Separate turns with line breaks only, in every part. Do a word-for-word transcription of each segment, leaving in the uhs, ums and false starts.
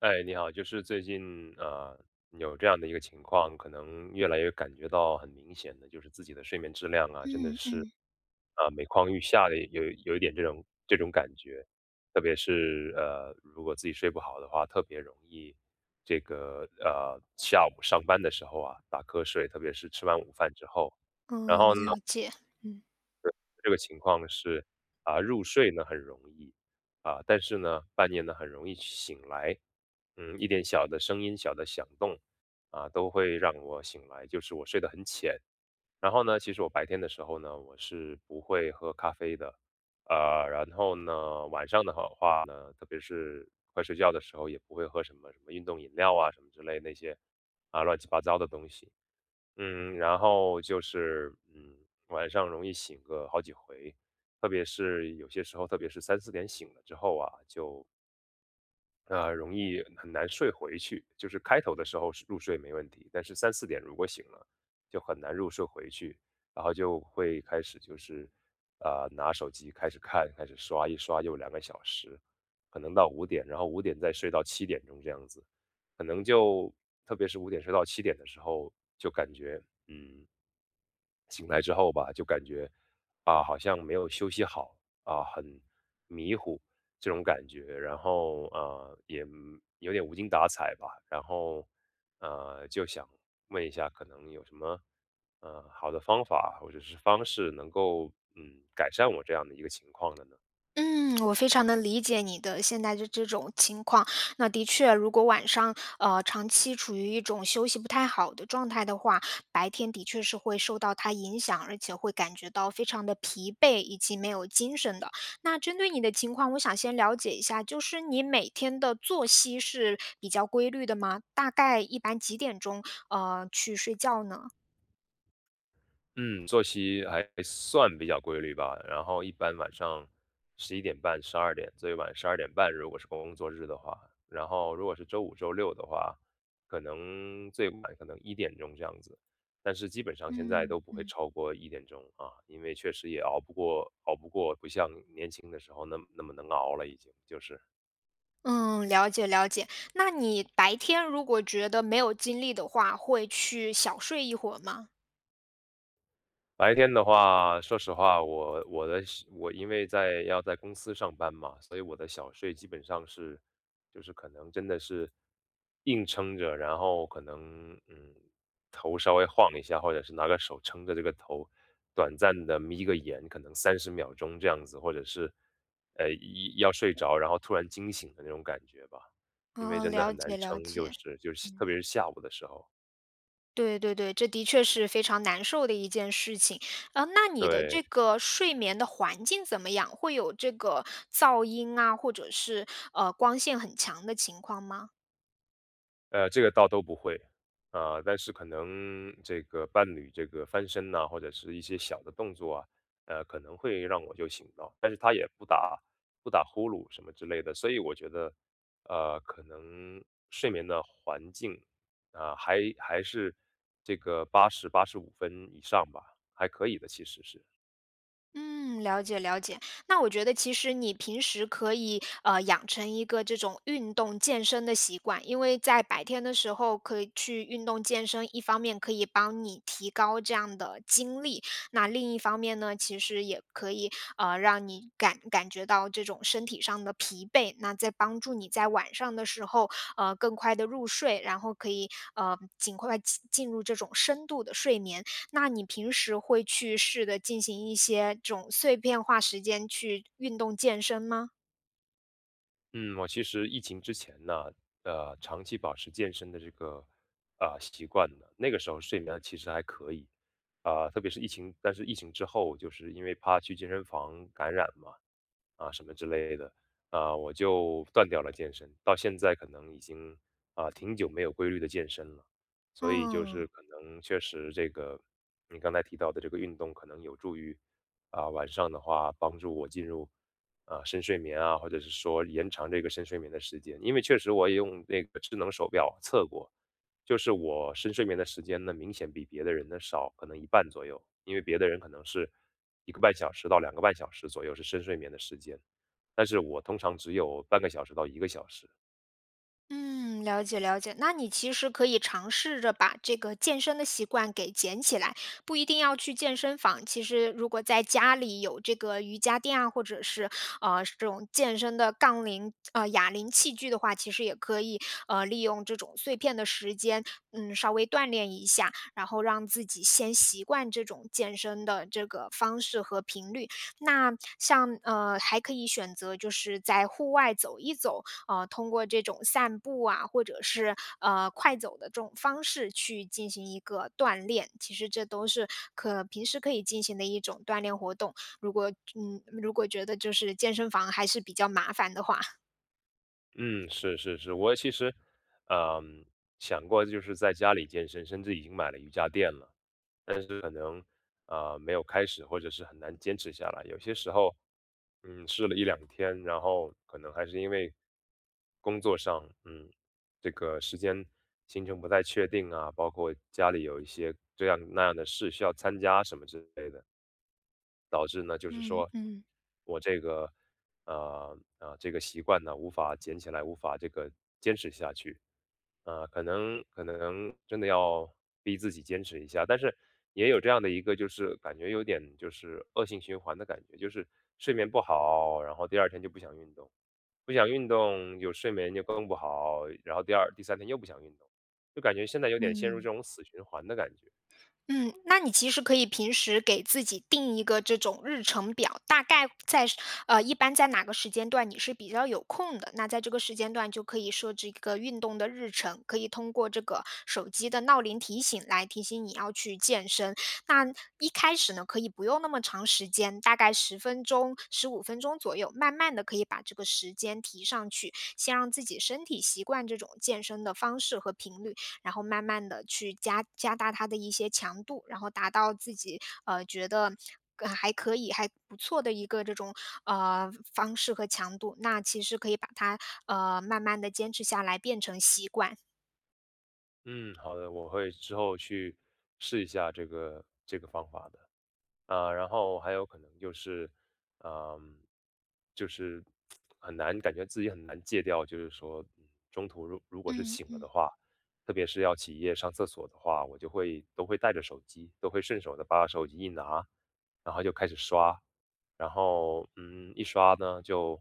哎，你好，就是最近啊有这样的一个情况，可能越来越感觉到很明显的，就是自己的睡眠质量啊，真的
嗯
是
嗯，
啊、每况愈下的，有有一点这种这种感觉。特别是呃如果自己睡不好的话，特别容易这个呃下午上班的时候啊打瞌睡，特别是吃完午饭之后。然
嗯，
后呢
了解。
这个情况是啊，入睡呢很容易啊，但是呢半夜呢很容易醒来。嗯，一点小的声音、小的响动啊，都会让我醒来，就是我睡得很浅。然后呢，其实我白天的时候呢，我是不会喝咖啡的。呃，然后呢，晚上的话话呢，特别是快睡觉的时候，也不会喝什么什么运动饮料啊，什么之类那些啊乱七八糟的东西。嗯，然后就是，嗯，晚上容易醒个好几回，特别是有些时候，特别是三四点醒了之后啊，就，呃，容易很难睡回去。就是开头的时候是入睡没问题，但是三四点如果醒了，就很难入睡回去。然后就会开始就是，呃，拿手机开始看，开始刷，一刷就两个小时，可能到五点，然后五点再睡到七点钟这样子。可能就特别是五点睡到七点的时候，就感觉，嗯，醒来之后吧，就感觉啊，好像没有休息好啊，很迷糊这种感觉。然后啊，也嗯有点无精打采吧。然后呃，就想问一下，可能有什么呃好的方法或者是方式能够嗯改善我这样的一个情况的呢？
嗯，我非常能理解你的现在的这种情况。那的确，如果晚上呃长期处于一种休息不太好的状态的话，白天的确是会受到它影响，而且会感觉到非常的疲惫以及没有精神的。那针对你的情况，我想先了解一下，就是你每天的作息是比较规律的吗？大概一般几点钟呃去睡觉呢？
嗯，作息还算比较规律吧。然后一般晚上十一点半、十二点，最晚十二点半，如果是工作日的话。然后如果是周五、周六的话，可能最晚可能一点钟这样子，但是基本上现在
嗯
都不会
嗯。
超过一点钟啊，因为确实也熬不过熬不过，不像年轻的时候那么那么能熬了已经，就是。
嗯，了解了解。那你白天如果觉得没有精力的话，会去小睡一会儿吗？
白天的话，说实话，我我的小我因为在要在公司上班嘛，所以我的小睡基本上是，就是可能真的是硬撑着。然后可能嗯头稍微晃一下，或者是拿个手撑着这个头，短暂的眯个眼，可能三十秒钟这样子，或者是呃一要睡着，然后突然惊醒的那种感觉吧。因为
哦，
真的
了
很
解
难
了
撑，就
解。
是就是特
嗯，
别是下午的时候，
对对对，这的确是非常难受的一件事情。呃，那你的这
对。
个睡眠的环境怎么样？会有这个噪音啊，或者是呃光线很强的情况吗？
呃，这个倒都不会啊，但是可能这个伴侣这个翻身呐、或者是一些小的动作啊，呃，可能会让我就醒到，但是他也不打不打呼噜什么之类的，所以我觉得，呃，可能睡眠的环境啊，还还是这个八十八十五分以上吧，还可以的，其实是。
嗯，了解了解。那我觉得其实你平时可以呃养成一个这种运动健身的习惯，因为在白天的时候可以去运动健身，一方面可以帮你提高这样的精力，那另一方面呢，其实也可以呃让你感感觉到这种身体上的疲惫，那在帮助你在晚上的时候呃更快的入睡，然后可以呃尽快进进入这种深度的睡眠。那你平时会去试着进行一些这种碎片化时间去运动健身吗？
嗯，我其实疫情之前呢，呃，长期保持健身的这个啊、习惯的，那个时候睡眠其实还可以啊、特别是疫情。但是疫情之后，就是因为怕去健身房感染嘛，啊什么之类的，啊，我就断掉了健身，到现在可能已经啊挺久没有规律的健身了。所以就是
嗯。
可能确实这个你刚才提到的这个运动可能有助于啊晚上的话帮助我进入啊深睡眠啊，或者是说延长这个深睡眠的时间，因为确实我也用那个智能手表测过，就是我深睡眠的时间呢明显比别的人呢少，可能一半左右，因为别的人可能是。一个半小时到两个半小时左右是深睡眠的时间，但是我通常只有半个小时到一个小时。
嗯，了解了解。那你其实可以尝试着把这个健身的习惯给捡起来，不一定要去健身房。其实如果在家里有这个瑜伽垫啊，或者是呃这种健身的杠铃、呃哑铃器具的话，其实也可以呃利用这种碎片的时间，嗯，稍微锻炼一下，然后让自己先习惯这种健身的这个方式和频率。那像呃还可以选择就是在户外走一走，呃，通过这种散步啊，或者是呃快走的这种方式去进行一个锻炼。其实这都是可平时可以进行的一种锻炼活动。如果嗯，如果觉得就是健身房还是比较麻烦的话，
嗯，是是是，我其实，嗯，想过就是在家里健身，甚至已经买了瑜伽垫了，但是可能啊，呃，没有开始或者是很难坚持下来。有些时候，嗯，试了一两天，然后可能还是因为工作上，嗯，这个时间行程不太确定啊，包括家里有一些这样那样的事需要参加什么之类的，导致呢，就是
嗯
说
嗯
我这个呃啊、这个习惯呢无法捡起来，无法这个坚持下去。啊、可能可能真的要逼自己坚持一下。但是也有这样的一个就是感觉有点就是恶性循环的感觉，就是睡眠不好，然后第二天就不想运动，不想运动就睡眠就更不好，然后第二第三天又不想运动，就感觉现在有点陷入这
嗯。
种死循环的感觉。
嗯，那你其实可以平时给自己定一个这种日程表，大概在是呃，一般在哪个时间段你是比较有空的，那在这个时间段就可以设置一个运动的日程，可以通过这个手机的闹铃提醒来提醒你要去健身。那一开始呢，可以不用那么长时间，大概十分钟、十五分钟左右，慢慢的可以把这个时间提上去，先让自己身体习惯这种健身的方式和频率。然后慢慢的去加加大它的一些强度，然后达到自己，呃，觉得呃还可以、还不错的一个这种，呃，方式和强度。那其实可以把它，呃，慢慢的坚持下来变成习惯。
嗯，好的，我会之后去试一下这个这个方法的。啊，然后还有可能就是，嗯，就是很难感觉自己很难戒掉，就是说，嗯，中途如如果是
嗯
醒了的
嗯。
话，特别是要起夜上厕所的话，我就会都会带着手机，都会顺手的把手机一拿，然后就开始刷，然后嗯，一刷呢就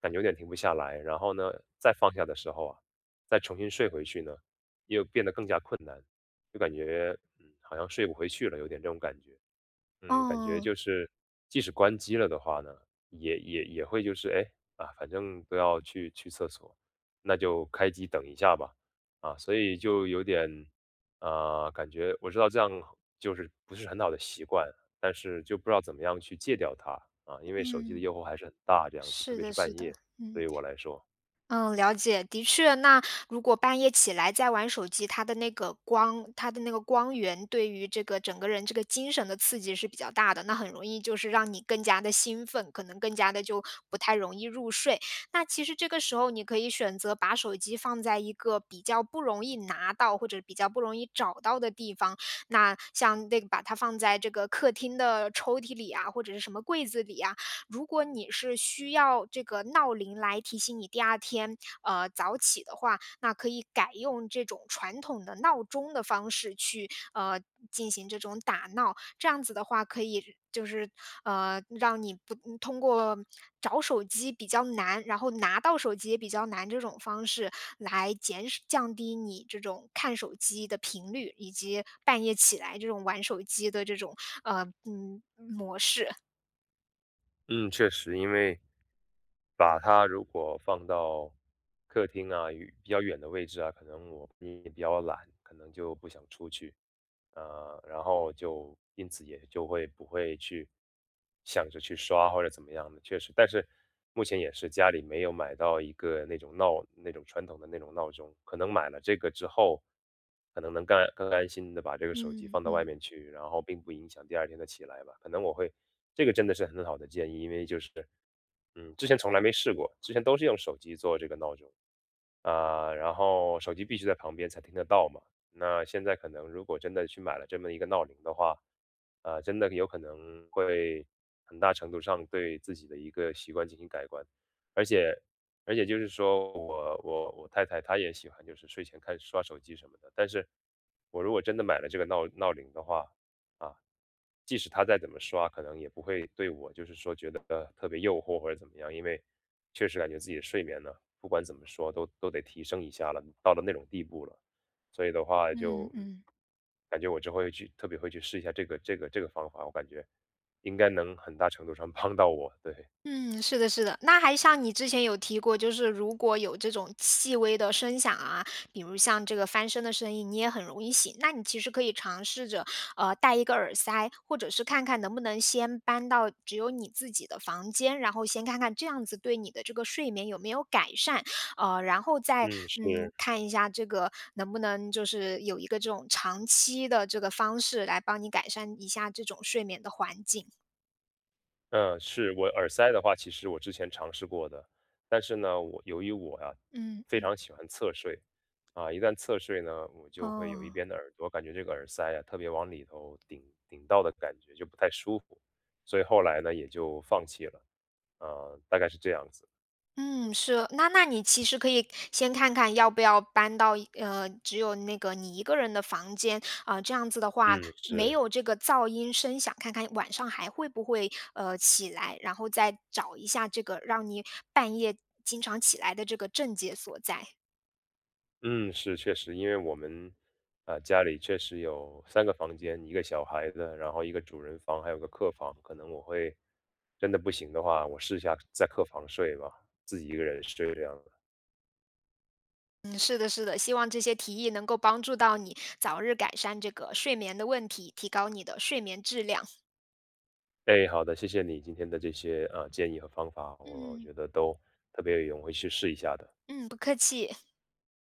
感觉有点停不下来。然后呢再放下的时候啊，再重新睡回去呢，又变得更加困难，就感觉嗯好像睡不回去了，有点这种感觉。嗯，感觉
嗯，
就是即使关机了的话呢，也也也会就是哎啊，反正都要去去厕所，那就开机等一下吧。啊，所以就有点啊、感觉我知道这样就是不是很好的习惯，但是就不知道怎么样去戒掉它啊，因为手机的
嗯。
诱惑还是很大，这样子，特
是
别是
的是
半
的，
夜，对
嗯。
于我来说。
嗯，了解，的确，那如果半夜起来在玩手机，它的那个光，它的那个光源对于这个整个人这个精神的刺激是比较大的，那很容易就是让你更加的兴奋，可能更加的就不太容易入睡。那其实这个时候你可以选择把手机放在一个比较不容易拿到或者比较不容易找到的地方，那像那个把它放在这个客厅的抽屉里啊，或者是什么柜子里啊，如果你是需要这个闹铃来提醒你第二天，呃，早起的话，那可以改用这种传统的闹钟的方式去，呃，进行这种打闹。这样子的话，可以就是，呃，让你不嗯通过找手机比较难，然后拿到手机也比较难这种方式来减少降低你这种看手机的频率，以及半夜起来这种玩手机的这种，呃，嗯，模式。
嗯，确实，因为把它如果放到客厅啊，与比较远的位置啊，可能我也比较懒，可能就不想出去。呃，然后就因此也就会不会去想着去刷或者怎么样的，确实。但是目前也是家里没有买到一个那种闹那种传统的那种闹钟，可能买了这个之后，可能能干更安心的把这个手机
嗯
放到外
嗯。
面去，然后并不影响第二天的起来吧。可能我会这个真的是很好的建议，因为就是嗯，之前从来没试过，之前都是用手机做这个闹钟。啊、然后手机必须在旁边才听得到嘛。那现在可能如果真的去买了这么一个闹铃的话，啊，真的有可能会很大程度上对自己的一个习惯进行改观。而且而且就是说我我我太太她也喜欢就是睡前看刷手机什么的，但是我如果真的买了这个闹闹铃的话，啊，即使他再怎么刷，可能也不会对我就是说觉得呃特别诱惑或者怎么样，因为确实感觉自己的睡眠呢，不管怎么说都都得提升一下了，到了那种地步了，所以的话
嗯
就嗯
嗯
感觉我之后会去特别会去试一下这个这个这个方法，我感觉应该能很大程度上 帮到我。对。
嗯，是的，是的。那还像你之前有提过，就是如果有这种细微的声响啊，比如像这个翻身的声音，你也很容易醒。那你其实可以尝试着，呃，戴一个耳塞，或者是看看能不能先搬到只有你自己的房间，然后先看看这样子对你的这个睡眠有没有改善，呃，然后再
嗯，是。
嗯看一下这个能不能就是有一个这种长期的这个方式来帮你改善一下这种睡眠的环境。
嗯，是，我耳塞的话，其实我之前尝试过的，但是呢，我由于我呀、
嗯，
非常喜欢侧睡，啊，一旦侧睡呢，我就会有一
哦。
边的耳朵感觉这个耳塞呀、特别往里头顶顶到的感觉，就不太舒服，所以后来呢也就放弃了，啊，大概是这样子。
嗯，是，那那你其实可以先看看要不要搬到一呃，只有那个你一个人的房间，啊、这样子的话
嗯，
没
是。
有这个噪音声响，看看晚上还会不会呃起来，然后再找一下这个让你半夜经常起来的这个症结所在。
嗯，是，确实，因为我们啊，呃，家里确实有三个房间，一个小孩的，然后一个主人房，还有个客房。可能我会真的不行的话，我试一下在客房睡吧，自己一个人睡这样的。
嗯，是的，是的，希望这些提议能够帮助到你早日改善这个睡眠的问题，提高你的睡眠质量。
哎，好的，谢谢你今天的这些啊呃建议和方法，我
嗯
觉得都特别有用，我会去试一下的。
嗯，不客气。